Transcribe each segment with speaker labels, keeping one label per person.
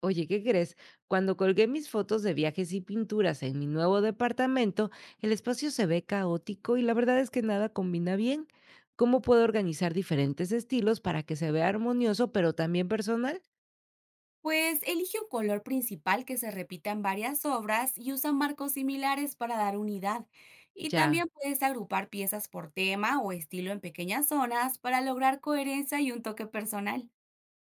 Speaker 1: Oye, ¿qué crees? Cuando colgué mis fotos de viajes y pinturas en mi nuevo departamento, el espacio se ve caótico y la verdad es que nada combina bien. ¿Cómo puedo organizar diferentes estilos para que se vea armonioso, pero también personal?
Speaker 2: Pues elige un color principal que se repita en varias obras y usa marcos similares para dar unidad. Y
Speaker 1: Ya,
Speaker 2: también puedes agrupar piezas por tema o estilo en pequeñas zonas para lograr coherencia y un toque personal.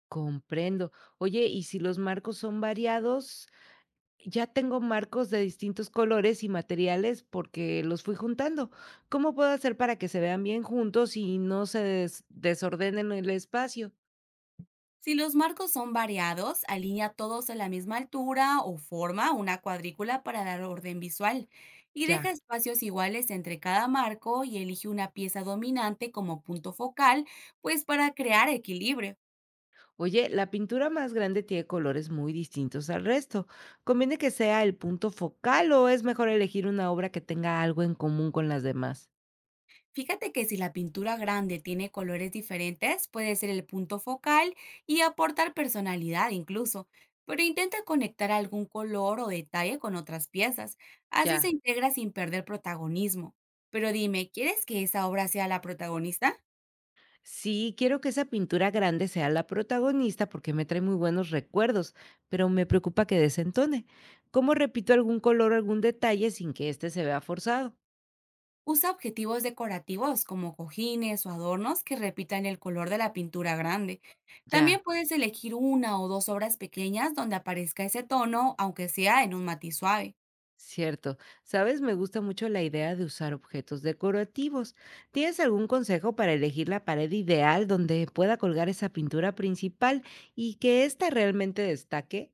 Speaker 1: comprendo. Oye, ¿y si los marcos son variados? Ya tengo marcos de distintos colores y materiales porque los fui juntando. ¿Cómo puedo hacer para que se vean bien juntos y no se desordenen el espacio?
Speaker 2: Si los marcos son variados, alinea todos a la misma altura o forma una cuadrícula para dar orden visual. Y deja
Speaker 1: Ya.
Speaker 2: espacios iguales entre cada marco y elige una pieza dominante como punto focal, pues para crear equilibrio.
Speaker 1: Oye, la pintura más grande tiene colores muy distintos al resto. ¿Conviene que sea el punto focal o es mejor elegir una obra que tenga algo en común con las demás?
Speaker 2: Fíjate que si la pintura grande tiene colores diferentes, puede ser el punto focal y aportar personalidad incluso, pero intenta conectar algún color o detalle con otras piezas, así se
Speaker 1: Ya.
Speaker 2: integra sin perder protagonismo. Pero dime, ¿quieres que esa obra sea la protagonista?
Speaker 1: Sí, quiero que esa pintura grande sea la protagonista porque me trae muy buenos recuerdos, pero me preocupa que desentone. ¿Cómo repito algún color o algún detalle sin que este se vea forzado?
Speaker 2: Usa objetivos decorativos como cojines o adornos que repitan el color de la pintura grande. También
Speaker 1: Ya.
Speaker 2: puedes elegir una o dos obras pequeñas donde aparezca ese tono, aunque sea en un matiz suave.
Speaker 1: Cierto. Sabes, me gusta mucho la idea de usar objetos decorativos. ¿Tienes algún consejo para elegir la pared ideal donde pueda colgar esa pintura principal y que ésta realmente destaque?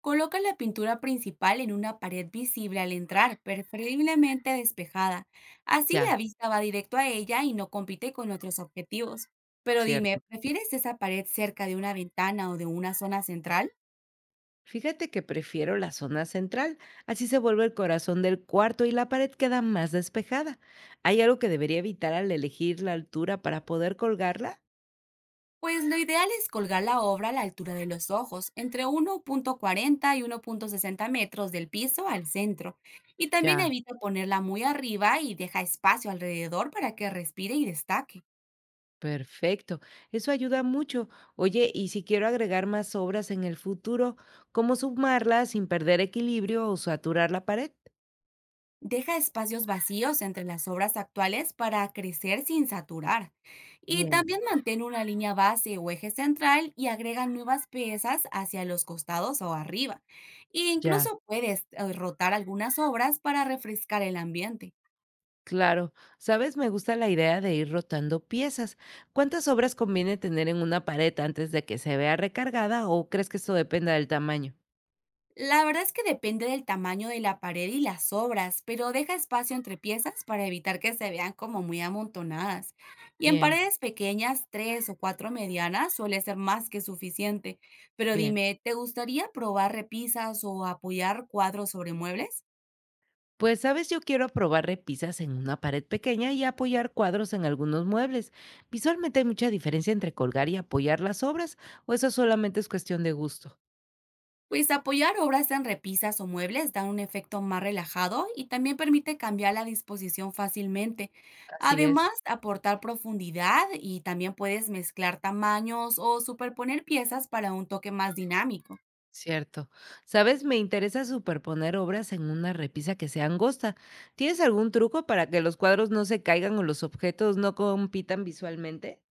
Speaker 2: Coloca la pintura principal en una pared visible al entrar, preferiblemente despejada. Así
Speaker 1: Ya,
Speaker 2: la vista va directo a ella y no compite con otros objetivos. Pero dime,
Speaker 1: cierto.
Speaker 2: ¿prefieres esa pared cerca de una ventana o de una zona central?
Speaker 1: Fíjate que prefiero la zona central, así se vuelve el corazón del cuarto y la pared queda más despejada. ¿Hay algo que debería evitar al elegir la altura para poder colgarla?
Speaker 2: Pues lo ideal es colgar la obra a la altura de los ojos, entre 1,40 y 1,60 metros del piso al centro. Y también
Speaker 1: Ya.
Speaker 2: evita ponerla muy arriba y deja espacio alrededor para que respire y destaque.
Speaker 1: Perfecto, eso ayuda mucho. Oye, y si quiero agregar más obras en el futuro, ¿cómo sumarlas sin perder equilibrio o saturar la pared?
Speaker 2: Deja espacios vacíos entre las obras actuales para crecer sin saturar. Y
Speaker 1: Bien,
Speaker 2: también mantén una línea base o eje central y agrega nuevas piezas hacia los costados o arriba. E
Speaker 1: ya,
Speaker 2: incluso puedes rotar algunas obras para refrescar el ambiente.
Speaker 1: claro. Sabes, me gusta la idea de ir rotando piezas. ¿Cuántas obras conviene tener en una pared antes de que se vea recargada o crees que esto dependa del tamaño?
Speaker 2: La verdad es que depende del tamaño de la pared y las obras, pero deja espacio entre piezas para evitar que se vean como muy amontonadas. Y en
Speaker 1: Bien,
Speaker 2: paredes pequeñas, tres o cuatro medianas, suele ser más que suficiente. Pero
Speaker 1: bien.
Speaker 2: dime, ¿te gustaría probar repisas o apoyar cuadros sobre muebles?
Speaker 1: Pues sabes, yo quiero probar repisas en una pared pequeña y apoyar cuadros en algunos muebles. Visualmente hay mucha diferencia entre colgar y apoyar las obras, o eso solamente es cuestión de gusto.
Speaker 2: Pues apoyar obras en repisas o muebles da un efecto más relajado y también permite cambiar la disposición fácilmente.
Speaker 1: Así
Speaker 2: Además,
Speaker 1: es,
Speaker 2: aportar profundidad y también puedes mezclar tamaños o superponer piezas para un toque más dinámico.
Speaker 1: cierto. Sabes, me interesa superponer obras en una repisa que sea angosta. ¿Tienes algún truco para que los cuadros no se caigan o los objetos no compitan visualmente?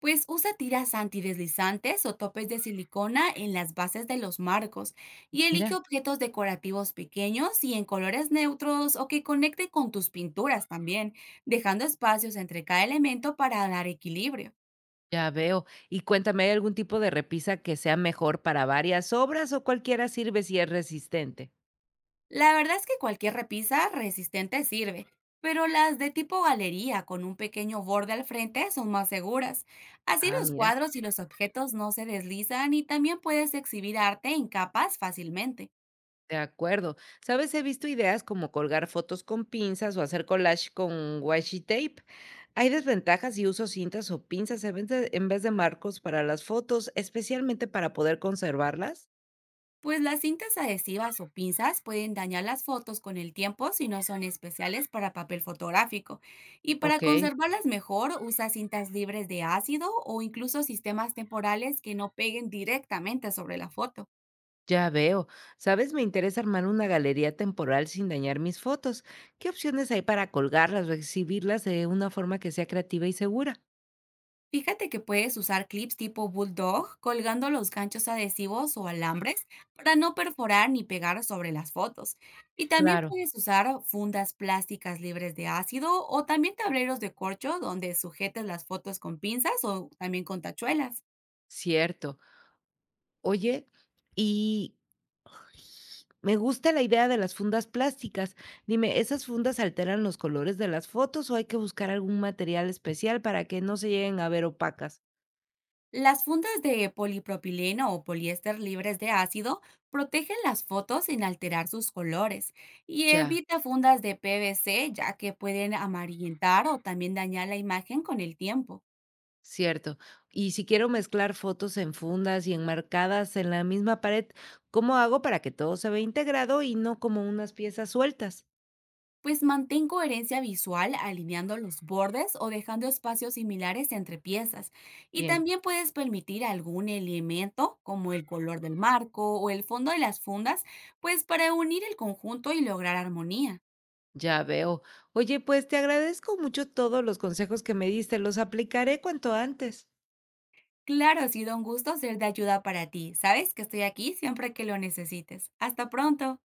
Speaker 2: Pues usa tiras antideslizantes o topes de silicona en las bases de los marcos y elige
Speaker 1: Mira,
Speaker 2: objetos decorativos pequeños y en colores neutros o que conecten con tus pinturas también, dejando espacios entre cada elemento para dar equilibrio.
Speaker 1: ya veo. Y cuéntame, ¿hay algún tipo de repisa que sea mejor para varias obras o cualquiera sirve si es resistente?
Speaker 2: La verdad es que cualquier repisa resistente sirve, pero las de tipo galería con un pequeño borde al frente son más seguras. Así
Speaker 1: Ah,
Speaker 2: los
Speaker 1: mira.
Speaker 2: cuadros y los objetos no se deslizan y también puedes exhibir arte en capas fácilmente.
Speaker 1: De acuerdo. ¿Sabes? He visto ideas como colgar fotos con pinzas o hacer collage con washi tape. Hay desventajas si uso cintas o pinzas en vez de marcos para las fotos, especialmente para poder conservarlas.
Speaker 2: Pues las cintas adhesivas o pinzas pueden dañar las fotos con el tiempo si no son especiales para papel fotográfico. Y para
Speaker 1: Ok,
Speaker 2: conservarlas mejor, usa cintas libres de ácido o incluso sistemas temporales que no peguen directamente sobre la foto.
Speaker 1: ya veo. ¿Sabes? Me interesa armar una galería temporal sin dañar mis fotos. ¿Qué opciones hay para colgarlas o exhibirlas de una forma que sea creativa y segura?
Speaker 2: Fíjate que puedes usar clips tipo bulldog colgando los ganchos adhesivos o alambres para no perforar ni pegar sobre las fotos. Y también
Speaker 1: Claro,
Speaker 2: puedes usar fundas plásticas libres de ácido o también tableros de corcho donde sujetes las fotos con pinzas o también con tachuelas.
Speaker 1: cierto. Oye, ¿y Me gusta la idea de las fundas plásticas. Dime, ¿esas fundas alteran los colores de las fotos o hay que buscar algún material especial para que no se lleguen a ver opacas?
Speaker 2: Las fundas de polipropileno o poliéster libres de ácido protegen las fotos sin alterar sus colores y
Speaker 1: Ya,
Speaker 2: evita fundas de PVC, ya que pueden amarillentar o también dañar la imagen con el tiempo.
Speaker 1: cierto. Y si quiero mezclar fotos en fundas y enmarcadas en la misma pared, ¿cómo hago para que todo se vea integrado y no como unas piezas sueltas?
Speaker 2: Pues mantén coherencia visual alineando los bordes o dejando espacios similares entre piezas. Y
Speaker 1: Bien,
Speaker 2: también puedes permitir algún elemento como el color del marco o el fondo de las fundas, pues para unir el conjunto y lograr armonía.
Speaker 1: ya veo. Oye, pues te agradezco mucho todos los consejos que me diste, los aplicaré cuanto antes.
Speaker 2: Claro, ha sido un gusto ser de ayuda para ti. Sabes que estoy aquí siempre que lo necesites. Hasta pronto.